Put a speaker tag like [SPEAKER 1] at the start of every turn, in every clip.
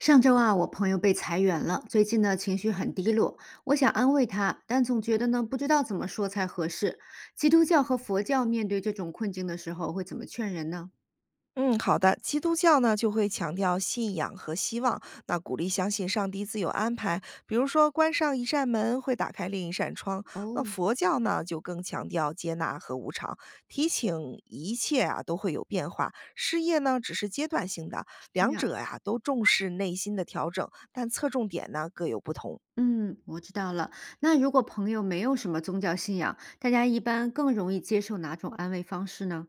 [SPEAKER 1] 上周啊，我朋友被裁员了，最近呢情绪很低落。我想安慰他，但总觉得呢不知道怎么说才合适。基督教和佛教面对这种困境的时候会怎么劝人呢？
[SPEAKER 2] 嗯，好的。基督教呢，就会强调信仰和希望，那鼓励相信上帝自有安排。比如说，关上一扇门会打开另一扇窗。那
[SPEAKER 1] 哦，
[SPEAKER 2] 佛教呢，就更强调接纳和无常，提醒一切啊都会有变化。事业呢，只是阶段性的。
[SPEAKER 1] 是这
[SPEAKER 2] 两
[SPEAKER 1] 样。
[SPEAKER 2] 者呀、都重视内心的调整，但侧重点呢各有不同。
[SPEAKER 1] 嗯，我知道了。那如果朋友没有什么宗教信仰，大家一般更容易接受哪种安慰方式呢？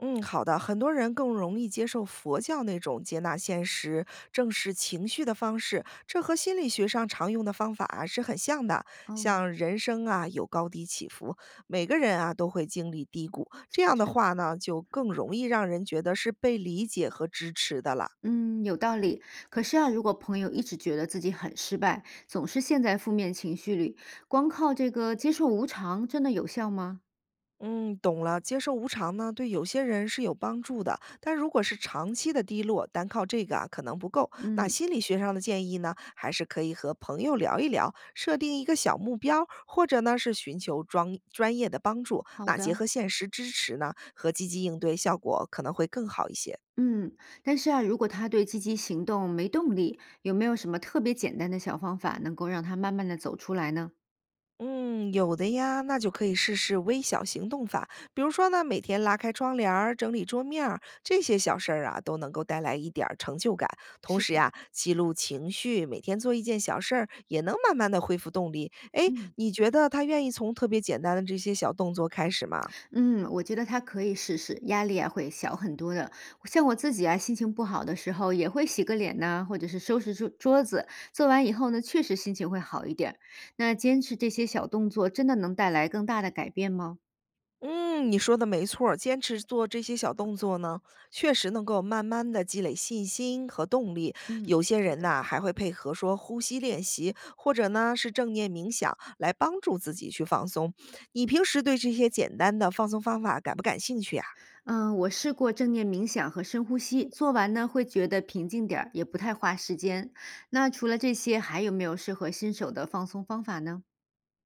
[SPEAKER 2] 嗯，好的。很多人更容易接受佛教那种接纳现实、正视情绪的方式，这和心理学上常用的方法啊是很像的。
[SPEAKER 1] 哦，
[SPEAKER 2] 像人生啊有高低起伏，每个人啊都会经历低谷，这样的
[SPEAKER 1] 是，
[SPEAKER 2] 话呢，就更容易让人觉得是被理解和支持的了。
[SPEAKER 1] 嗯，有道理。可是啊，如果朋友一直觉得自己很失败，总是陷在负面情绪里，光靠这个接受无常，真的有效吗？
[SPEAKER 2] 嗯，懂了。接受无常呢，对有些人是有帮助的，但如果是长期的低落，单靠这个啊可能不够。那
[SPEAKER 1] 嗯。
[SPEAKER 2] 心理学上的建议呢，还是可以和朋友聊一聊，设定一个小目标，或者呢是寻求专业的帮助。
[SPEAKER 1] 好
[SPEAKER 2] 那结
[SPEAKER 1] 的，
[SPEAKER 2] 合现实支持呢，和积极应对，效果可能会更好一些。
[SPEAKER 1] 嗯，但是啊，如果他对积极行动没动力，有没有什么特别简单的小方法能够让他慢慢的走出来呢？
[SPEAKER 2] 嗯，有的呀，那就可以试试微小行动法，比如说呢，每天拉开窗帘儿、整理桌面儿，这些小事儿啊，都能够带来一点儿成就感。同
[SPEAKER 1] 是
[SPEAKER 2] 时
[SPEAKER 1] 的，
[SPEAKER 2] 呀，记录情绪，每天做一件小事儿，也能慢慢的恢复动力。哎，
[SPEAKER 1] 嗯
[SPEAKER 2] 你觉得他愿意从特别简单的这些小动作开始吗？
[SPEAKER 1] 嗯，我觉得他可以试试，压力啊会小很多的。像我自己啊，心情不好的时候也会洗个脸呐、或者是收拾桌子，做完以后呢，确实心情会好一点儿。那坚持这些小动作，真的能带来更大的改变吗？
[SPEAKER 2] 嗯，你说的没错儿，坚持做这些小动作呢，确实能够慢慢的积累信心和动力。
[SPEAKER 1] 嗯，
[SPEAKER 2] 有些
[SPEAKER 1] 是
[SPEAKER 2] 人
[SPEAKER 1] 的。
[SPEAKER 2] 呐，还会配合说呼吸练习，或者呢是正念冥想来帮助自己去放松。你平时对这些简单的放松方法感不感兴趣呀？
[SPEAKER 1] 嗯，我试过正念冥想和深呼吸，做完呢会觉得平静点儿，也不太花时间。那除了这些，还有没有适合新手的放松方法呢？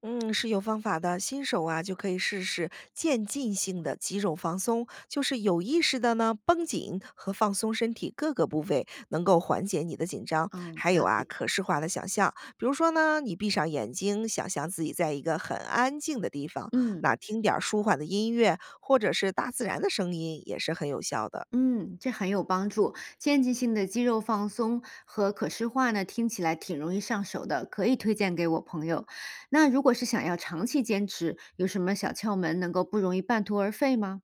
[SPEAKER 2] 嗯，是有方法的。新手啊，就可以试试渐进性的肌肉放松，就是有意识的呢绷紧和放松身体各个部位，能够缓解你的紧张。
[SPEAKER 1] 嗯，
[SPEAKER 2] 还有
[SPEAKER 1] 了
[SPEAKER 2] 啊，
[SPEAKER 1] 解。
[SPEAKER 2] 可视化的想象，比如说呢，你闭上眼睛，想象自己在一个很安静的地方，
[SPEAKER 1] 嗯
[SPEAKER 2] 那听点儿舒缓的音乐，或者是大自然的声音，也是很有效的。
[SPEAKER 1] 嗯，这很有帮助。渐进性的肌肉放松和可视化呢，听起来挺容易上手的，可以推荐给我朋友。那如果是想要长期坚持，有什么小窍门能够不容易半途而废吗？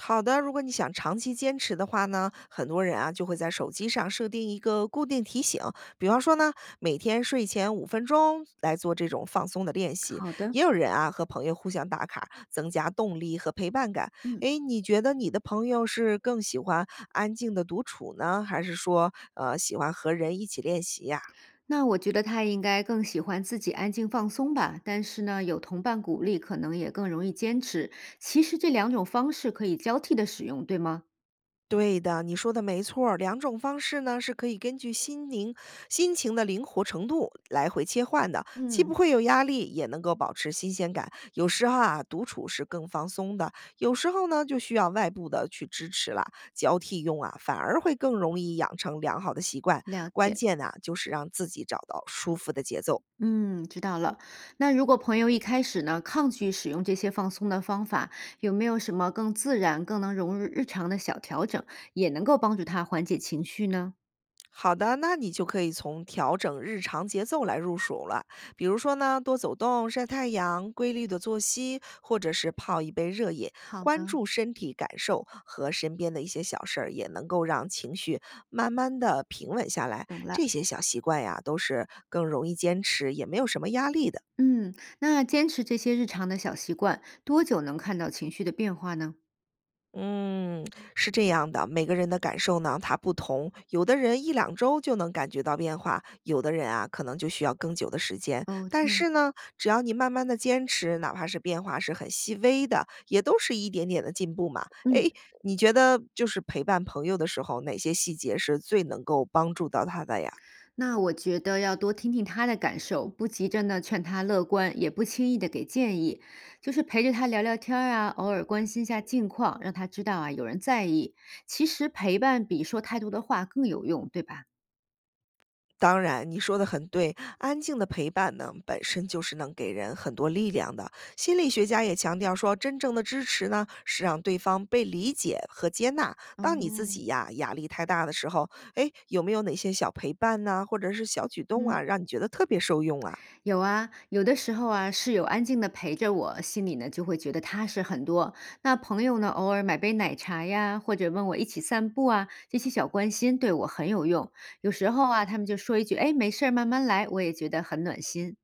[SPEAKER 2] 好的，如果你想长期坚持的话呢，很多人啊就会在手机上设定一个固定提醒，比方说呢，每天睡前5分钟来做这种放松的练习。
[SPEAKER 1] 好的，
[SPEAKER 2] 也有人啊和朋友互相打卡，增加动力和陪伴感。
[SPEAKER 1] 嗯。
[SPEAKER 2] 诶，你觉得你的朋友是更喜欢安静的独处呢，还是说喜欢和人一起练习呀、
[SPEAKER 1] 那我觉得他应该更喜欢自己安静放松吧，但是呢，有同伴鼓励，可能也更容易坚持。其实这两种方式可以交替的使用，对吗？
[SPEAKER 2] 对的，你说的没错儿。两种方式呢，是可以根据心情的灵活程度来回切换的，既不
[SPEAKER 1] 嗯，
[SPEAKER 2] 会有压力，也能够保持新鲜感。有时候啊，独处是更放松的；有时候呢，就需要外部的去支持了。交替用啊，反而会更容易养成良好的习惯。
[SPEAKER 1] 了
[SPEAKER 2] 关
[SPEAKER 1] 解。
[SPEAKER 2] 键呢、就是让自己找到舒服的节奏。
[SPEAKER 1] 嗯，知道了。那如果朋友一开始呢抗拒使用这些放松的方法，有没有什么更自然、更能融入日常的小调整，也能够帮助他缓解情绪呢？
[SPEAKER 2] 好的，那你就可以从调整日常节奏来入手了。比如说呢，多走动、晒太阳、规律的作息，或者是泡一杯热饮，
[SPEAKER 1] 好
[SPEAKER 2] 关
[SPEAKER 1] 的，
[SPEAKER 2] 注身体感受和身边的一些小事儿，也能够让情绪慢慢的平稳下来。
[SPEAKER 1] 懂了。
[SPEAKER 2] 这些小习惯呀，都是更容易坚持，也没有什么压力的。
[SPEAKER 1] 嗯，那坚持这些日常的小习惯，多久能看到情绪的变化呢？
[SPEAKER 2] 嗯，是这样的，每个人的感受呢，它不同。有的人一两周就能感觉到变化，有的人啊，可能就需要更久的时间。
[SPEAKER 1] 哦，
[SPEAKER 2] 但
[SPEAKER 1] 这样。
[SPEAKER 2] 是呢，只要你慢慢的坚持，哪怕是变化是很细微的，也都是一点点的进步嘛。
[SPEAKER 1] 嗯。
[SPEAKER 2] 诶，你觉得就是陪伴朋友的时候，哪些细节是最能够帮助到他的呀？
[SPEAKER 1] 那我觉得要多听听他的感受，不急着呢劝他乐观，也不轻易的给建议，就是陪着他聊聊天儿啊，偶尔关心一下近况，让他知道啊有人在意。其实陪伴比说太多的话更有用，对吧？
[SPEAKER 2] 当然，你说的很对。安静的陪伴呢，本身就是能给人很多力量的。心理学家也强调说，真正的支持呢，是让对方被理解和接纳。当你自
[SPEAKER 1] 哦，
[SPEAKER 2] 己呀压力太大的时候，哎，有没有哪些小陪伴呐、或者是小举动
[SPEAKER 1] 嗯。
[SPEAKER 2] 啊，让你觉得特别受用啊？
[SPEAKER 1] 有啊，有的时候啊，室友安静的陪着我，心里呢就会觉得踏实很多。那朋友呢，偶尔买杯奶茶呀，或者问我一起散步啊，这些小关心对我很有用。有时候啊，他们就说一句"哎，没事儿，慢慢来"，我也觉得很暖心。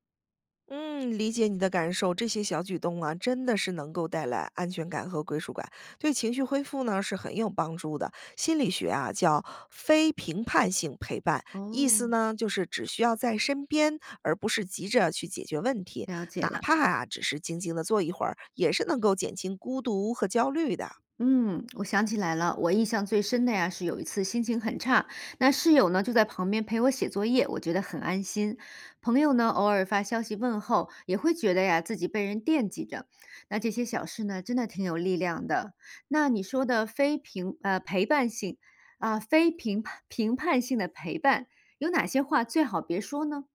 [SPEAKER 2] 嗯，理解你的感受，这些小举动啊，真的是能够带来安全感和归属感，对情绪恢复呢是很有帮助的。心理学啊叫非评判性陪伴，意思
[SPEAKER 1] 哦，
[SPEAKER 2] 呢就是只需要在身边，而不是急着去解决问题，
[SPEAKER 1] 了解
[SPEAKER 2] 哪
[SPEAKER 1] 了。
[SPEAKER 2] 怕啊只是静静的坐一会儿，也是能够减轻孤独和焦虑的。
[SPEAKER 1] 嗯，我想起来了，我印象最深的呀是有一次心情很差，那室友呢就在旁边陪我写作业，我觉得很安心。朋友呢偶尔发消息问候，也会觉得呀自己被人惦记着。那这些小事呢，真的挺有力量的。那你说的非评呃陪伴性啊、非评判性的陪伴，有哪些话最好别说呢？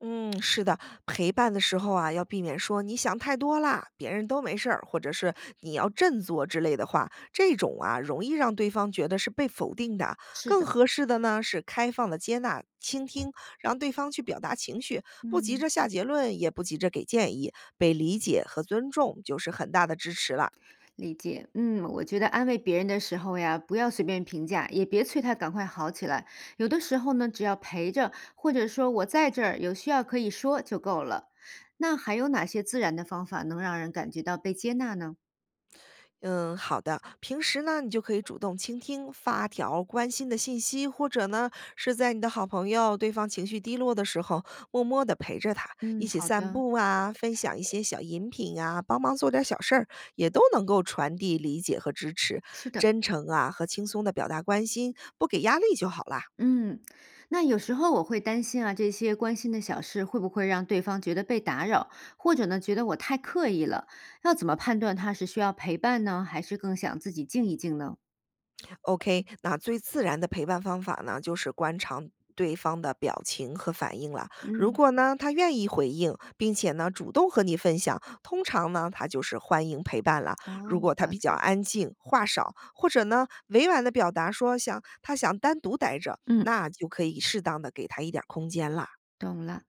[SPEAKER 2] 嗯，是的，陪伴的时候啊，要避免说“你想太多啦，别人都没事儿”或者是“你要振作”之类的话，这种啊容易让对方觉得是被否定的。
[SPEAKER 1] 是
[SPEAKER 2] 更
[SPEAKER 1] 的，
[SPEAKER 2] 合适的呢是开放的接纳、倾听，让对方去表达情绪，不急
[SPEAKER 1] 嗯。
[SPEAKER 2] 着下结论，也不急着给建议，被理解和尊重就是很大的支持了。
[SPEAKER 1] 理解，嗯，我觉得安慰别人的时候呀，不要随便评价，也别催他赶快好起来。有的时候呢，只要陪着，或者说我在这儿，有需要可以说就够了。那还有哪些自然的方法能让人感觉到被接纳呢？
[SPEAKER 2] 嗯，好的。平时呢，你就可以主动倾听，发条关心的信息，或者呢，是在你的好朋友对方情绪低落的时候，默默的陪着他，一
[SPEAKER 1] 嗯，
[SPEAKER 2] 起
[SPEAKER 1] 好
[SPEAKER 2] 散
[SPEAKER 1] 的，
[SPEAKER 2] 步啊，分享一些小饮品啊，帮忙做点小事儿，也都能够传递理解和支持。
[SPEAKER 1] 是的，
[SPEAKER 2] 真诚啊和轻松的表达关心，不给压力就好啦。
[SPEAKER 1] 嗯，那有时候我会担心啊，这些关心的小事会不会让对方觉得被打扰，或者呢，觉得我太刻意了？要怎么判断他是需要陪伴呢，还是更想自己静一静呢？
[SPEAKER 2] OK，那最自然的陪伴方法呢，就是观察对方的表情和反应了。如
[SPEAKER 1] 嗯，
[SPEAKER 2] 果呢，他愿意回应，并且呢，主动和你分享，通常呢，他就是欢迎陪伴了。如
[SPEAKER 1] 哦，
[SPEAKER 2] 果他
[SPEAKER 1] 了
[SPEAKER 2] 比较
[SPEAKER 1] 解。
[SPEAKER 2] 安静，话少，或者呢，委婉的表达说想单独待着，
[SPEAKER 1] 嗯，
[SPEAKER 2] 那就可以适当的给他一点儿空间了。
[SPEAKER 1] 懂了。